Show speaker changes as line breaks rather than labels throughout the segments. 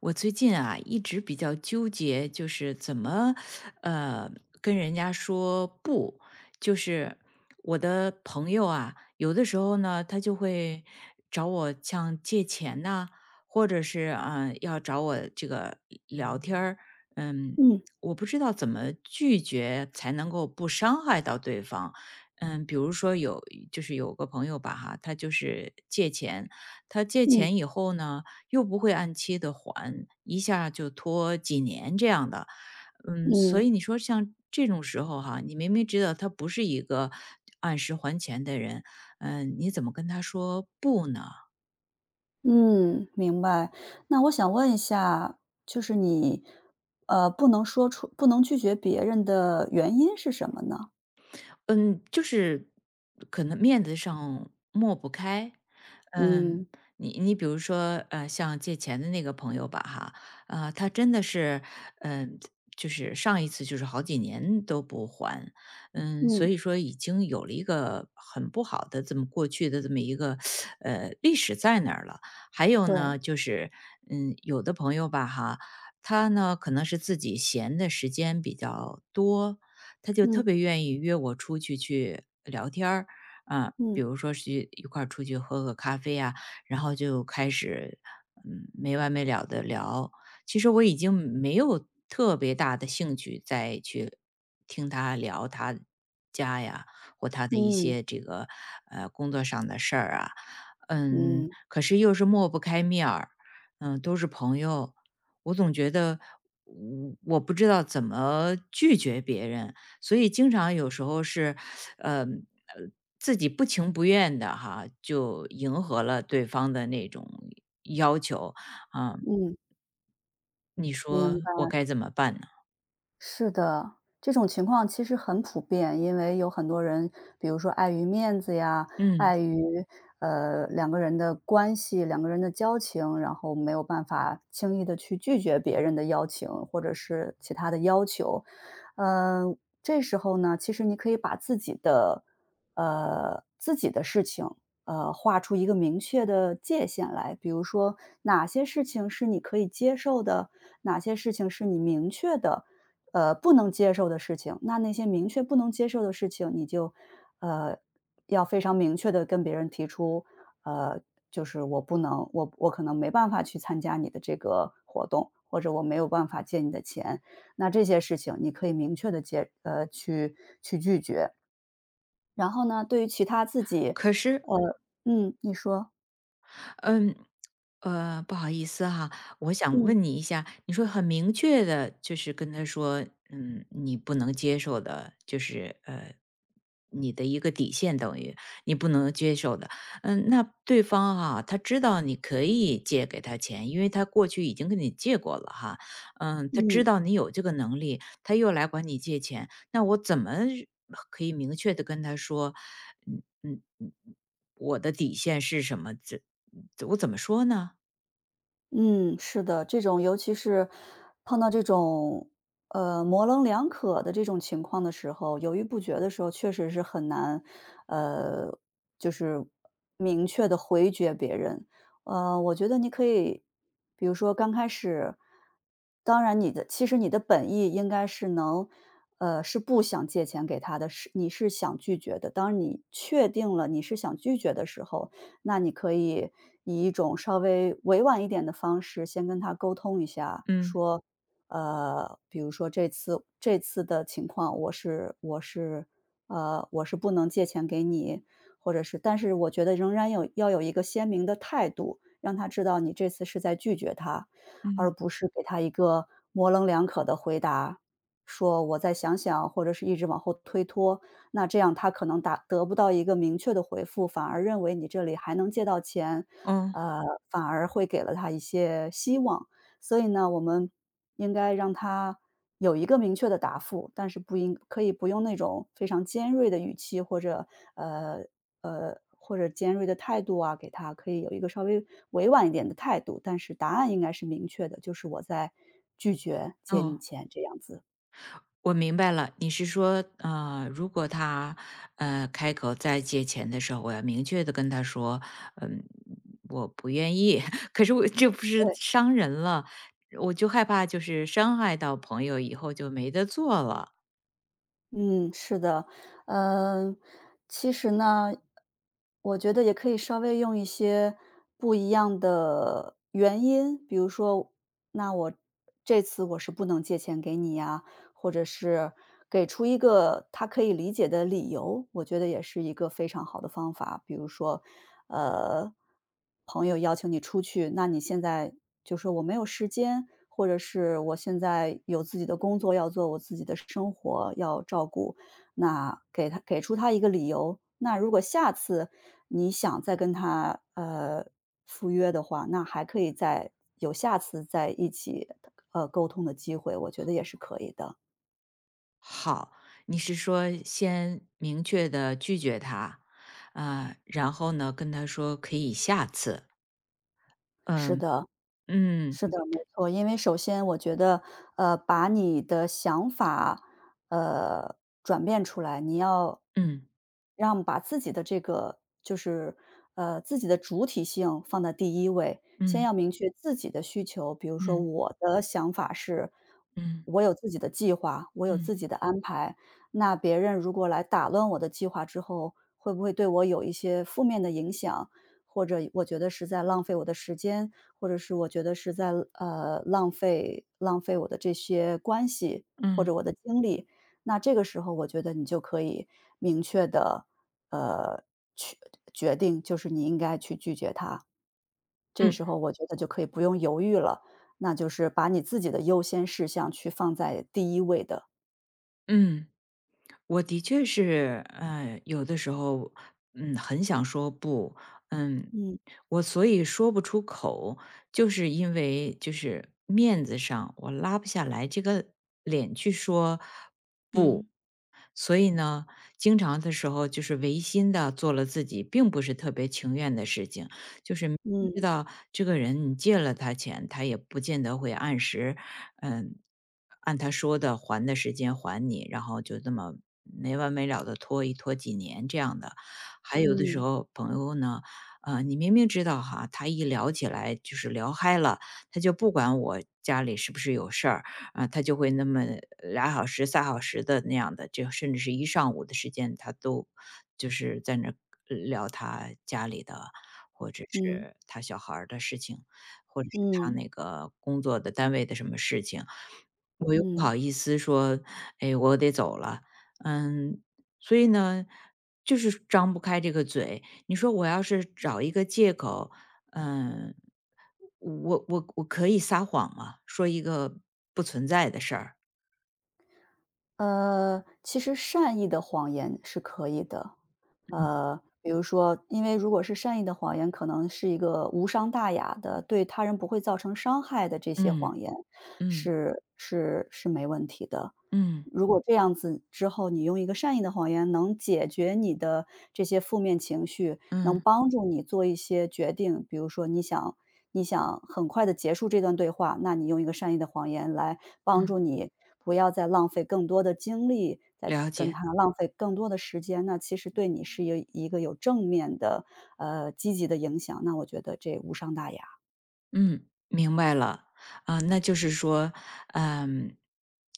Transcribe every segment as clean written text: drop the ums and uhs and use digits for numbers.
我最近啊一直比较纠结，就是怎么呃跟人家说不。就是我的朋友啊，有的时候呢，他就会找我像借钱呐、或者是啊、要找我这个聊天儿，嗯。
嗯
我不知道怎么拒绝才能够不伤害到对方，嗯，比如说有就是有个朋友吧哈，他就是借钱，他借
嗯
钱以后呢，又不会按期的还，一下就拖几年这样的。嗯，所
嗯
以你说像这种时候哈，你明明知道他不是一个按时还钱的人，嗯，你怎么跟他说不呢？
嗯，明白。那我想问一下，就是你，不能说出不能拒绝别人的原因是什么呢？
嗯，就是可能面子上抹不开。
嗯
嗯，你比如说，像借钱的那个朋友吧，哈，他真的是，嗯、就是上一次就是好几年都不还，嗯，所
嗯，
以说已经有了一个很不好的这么过去的这么一个历史在那儿了。还有
对，
呢，就是嗯，有的朋友吧，哈，他呢可能是自己闲的时间比较多，他就特
嗯
别愿意约我出去去聊天儿，啊，比
嗯
如说是一块儿出去喝个咖啡啊，然后就开始没完没了的聊。其实我已经没有特别大的兴趣再去听他聊他家呀或他的一
嗯
些这个工作上的事儿啊，嗯，
嗯
可是又是抹不开面儿，嗯，都是朋友，我总觉得我不知道怎么拒绝别人，所以经常有时候是，呃呃，自己不情不愿的哈，就迎合了对方的那种要求，啊，
嗯，
你说
明
我该怎么办呢？
是的，这种情况其实很普遍，因为有很多人，比如说碍于面子呀，
嗯，
碍于两个人的关系、两个人的交情，然后没有办法轻易的去拒绝别人的邀请或者是其他的要求。呃，这时候呢，其实你可以把自己的自己的事情画出一个明确的界限来。比如说哪些事情是你可以接受的，哪些事情是你明确的，不能接受的事情。那那些明确不能接受的事情，你就，呃，要非常明确的跟别人提出，呃，就是我可能没办法去参加你的这个活动，或者我没有办法借你的钱。那这些事情你可以明确的去拒绝。然后呢，对于其他自己
可是
你说。
嗯，不好意思哈，我想
嗯。
问你一下，你说很明确的，就是跟他说，嗯，你不能接受的，就是你的一个底线，等于你不能接受的。嗯，那对方哈，他知道你可以借给他钱，因为他过去已经跟你借过了哈。嗯，他知
嗯。
道你有这个能力，他又来管你借钱，那我怎么可以明确的跟他说，嗯嗯嗯，我的底线是什么？这我怎么说呢？
嗯，是的，这种尤其是碰到这种，模棱两可的这种情况的时候，犹豫不决的时候，确实是很难，呃，就是明确的回绝别人。我觉得你可以，比如说刚开始，当然其实你的本意应该是能是不想借钱给他的，你是想拒绝的。当你确定了你是想拒绝的时候，那你可以以一种稍微委婉一点的方式先跟他沟通一下，
嗯。
说，比如说这次的情况，我是不能借钱给你，或者是，但是我觉得仍然要有一个鲜明的态度，让他知道你这次是在拒绝他，而
嗯。
不是给他一个模棱两可的回答，说我再想想，或者是一直往后推脱。那这样他可能达得不到一个明确的回复，反而认为你这里还能借到钱，
哦
呃，反而会给了他一些希望。所以呢，我们应该让他有一个明确的答复，但是不应可以不用那种非常尖锐的语气或者，呃，或者尖锐的态度啊，给他可以有一个稍微委婉一点的态度，但是答案应该是明确的，就是我在拒绝借你
哦，
钱这样子。
我明白了，你是说，如果他，开口再借钱的时候，我要明确的跟他说，嗯，我不愿意，可是我这不是
对。
伤人了，我就害怕就是伤害到朋友以后就没得做了。
嗯，是的，嗯，其实呢，我觉得也可以稍微用一些不一样的原因，比如说，那我这次我是不能借钱给你呀，或者是给出一个他可以理解的理由，我觉得也是一个非常好的方法。比如说，呃，朋友邀请你出去，那你现在就说我没有时间，或者是我现在有自己的工作要做，我自己的生活要照顾，那给出他一个理由。那如果下次你想再跟他赴约的话，那还可以再有下次在一起沟通的机会，我觉得也是可以的。
好，你是说先明确的拒绝他，啊，然后呢，跟他说可以下次。嗯，嗯，
是的，没错。因为首先我觉得，把你的想法，呃，转变出来，你要
嗯，
让把自己的这个就是，自己的主体性放在第一位，先
嗯，
要明确自己的需求。比如说
嗯，
我的想法是，
嗯，
我有自己的计划，我有
嗯，
自
嗯，
己的安排。那别人如果来打乱我的计划之后，会不会对我有一些负面的影响，或者我觉得是在浪费我的时间，或者是我觉得是在浪费我的这些关系或
嗯，
者我的精力，那这个时候我觉得你就可以明确的呃去决定，就是你应该去拒绝他。这
嗯
时候我觉得就可以不用犹豫了，那就是把你自己的优先事项去放在第一位的。
嗯。我的确是，嗯，有的时候，嗯，很想说不，嗯，
嗯
我所以说不出口，就是因为就是面子上我拉不下来这个脸去说不，
嗯
所以呢，经常的时候就是违心的做了自己并不是特别情愿的事情，就是明知
嗯
道这个人你借了他钱，他也不见得会按时嗯，按他说的还的时间还你，然后就这么没完没了的拖几年这样的。还有的时
嗯
候朋友呢，你明明知道哈，他一聊起来就是聊嗨了，他就不管我家里是不是有事儿啊，他就会那么俩小时、仨小时的那样的，就甚至是一上午的时间，他都就是在那儿聊他家里的或者
嗯
是他小孩儿的事情。或者是
嗯
他
嗯
那个工作的单位的什么事情，我又不好
嗯。
意思说，哎，我得走了，嗯，所以呢，就是张不开这个嘴。你说我要是找一个借口，嗯，我可以撒谎吗？说一个不存在的事儿，
其实善意的谎言是可以的。比如说，因为如果是善意的谎言，可能是一个无伤大雅的，对他人不会造成伤害的这些
嗯
谎言，
嗯
是没问题的。
嗯
如果这样子之后，你用一个善意的谎言能解决你的这些负面情绪，能
嗯
帮助你做一些决定。比如说你想很快的结束这段对话，那你用一个善意的谎言来帮
嗯，
助你，不要再浪费更多的精力，再
了
跟
解。
他浪费更多的时间，那其实对你是有一个有正面的，积极的影响，那我觉得这无伤大雅。
嗯，明白了。啊，那就是说，嗯，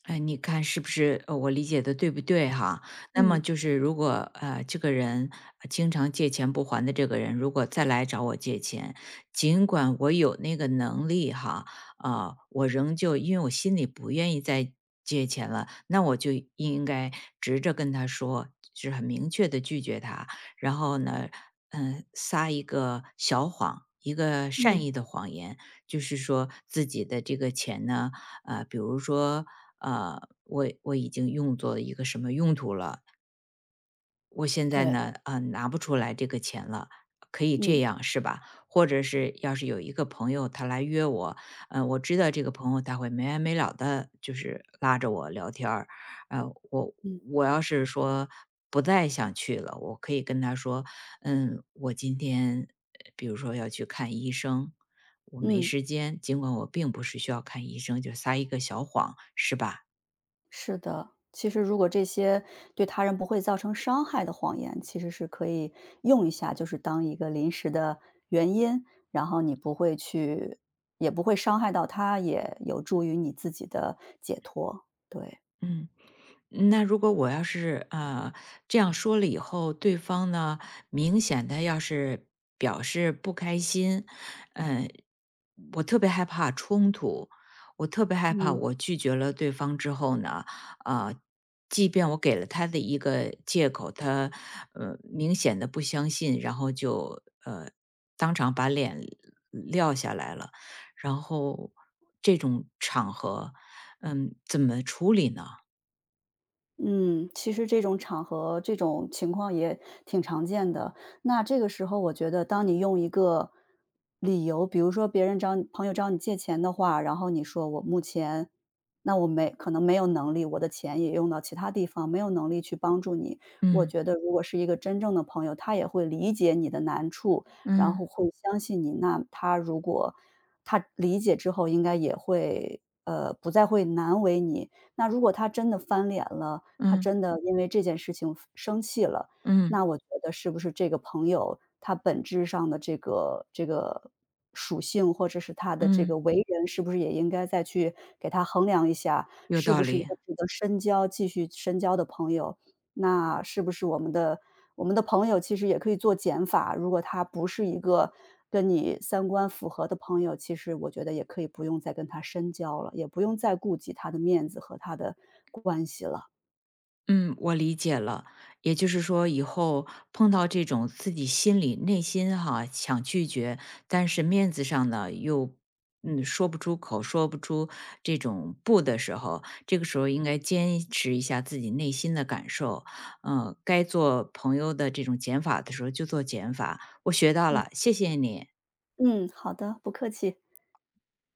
你看是不是我理解的对不对哈？那么
嗯，
就是如果这个人经常借钱不还的这个人，如果再来找我借钱，尽管我有那个能力哈，啊，我仍旧因为我心里不愿意再借钱了，那我就应该直着跟他说，就是很明确的拒绝他。然后呢，嗯，撒一个小谎，一个善
嗯，
意的谎言，就是说自己的这个钱呢，比如说，呃，我已经用作一个什么用途了，我现在
对，
呢，啊，拿不出来这个钱了，可以这
嗯，
样是吧？或者是要是有一个朋友他来约我，嗯，我知道这个朋友他会没完没了的，就是拉着我聊天儿，呃，我
嗯，
我要是说不再想去了，我可以跟他说，嗯，我今天比如说要去看医生，我没
嗯。
时间，尽管我并不是需要看医生，就撒一个小谎，是吧？
是的，其实如果这些对他人不会造成伤害的谎言，其实是可以用一下，就是当一个临时的原因，然后你不会去，也不会伤害到他，也有助于你自己的解脱。对，
嗯。那如果我要是这样说了以后，对方呢明显的要是表示不开心，嗯、我特别害怕冲突，我特别害怕
嗯。
我拒绝了对方之后呢，啊、即便我给了他的一个借口，他明显的不相信，然后当场把脸撂下来了，然后这种场合，嗯，怎么处理呢？
嗯，其实这种场合、这种情况也挺常见的。那这个时候，我觉得当你用一个理由，比如说别人朋友找你借钱的话，然后你说我目前，那我没可能没有能力，我的钱也用到其他地方，没有能力去帮助你。我
嗯。
觉得如果是一个真正的朋友，他也会理解你的难处，然后
嗯
会相信你。那他如果他理解之后，应该也不再会难为你。那如果他真的翻脸了，他
嗯
真的因为这件事情生气了，
嗯
那我觉得是不是这个朋友他本质上的这个属性，或者是他的这个
嗯，
为人，是不是也应该再去给他衡量一下，
有
是不
道
是一
理。
个值得深交、继续深交的朋友？那是不是我们的朋友其实也可以做减法，如果他不是一个跟你三观符合的朋友，其实我觉得也可以不用再跟他深交了，也不用再顾及他的面子和他的关系了。
嗯，我理解了。也就是说，以后碰到这种自己心里内心哈想拒绝，但是面子上呢又说不出这种不的时候，这个时候应该坚持一下自己内心的感受。嗯、该做朋友的这种减法的时候就做减法。我学到
嗯
了，谢谢你。
嗯，好的，不客气。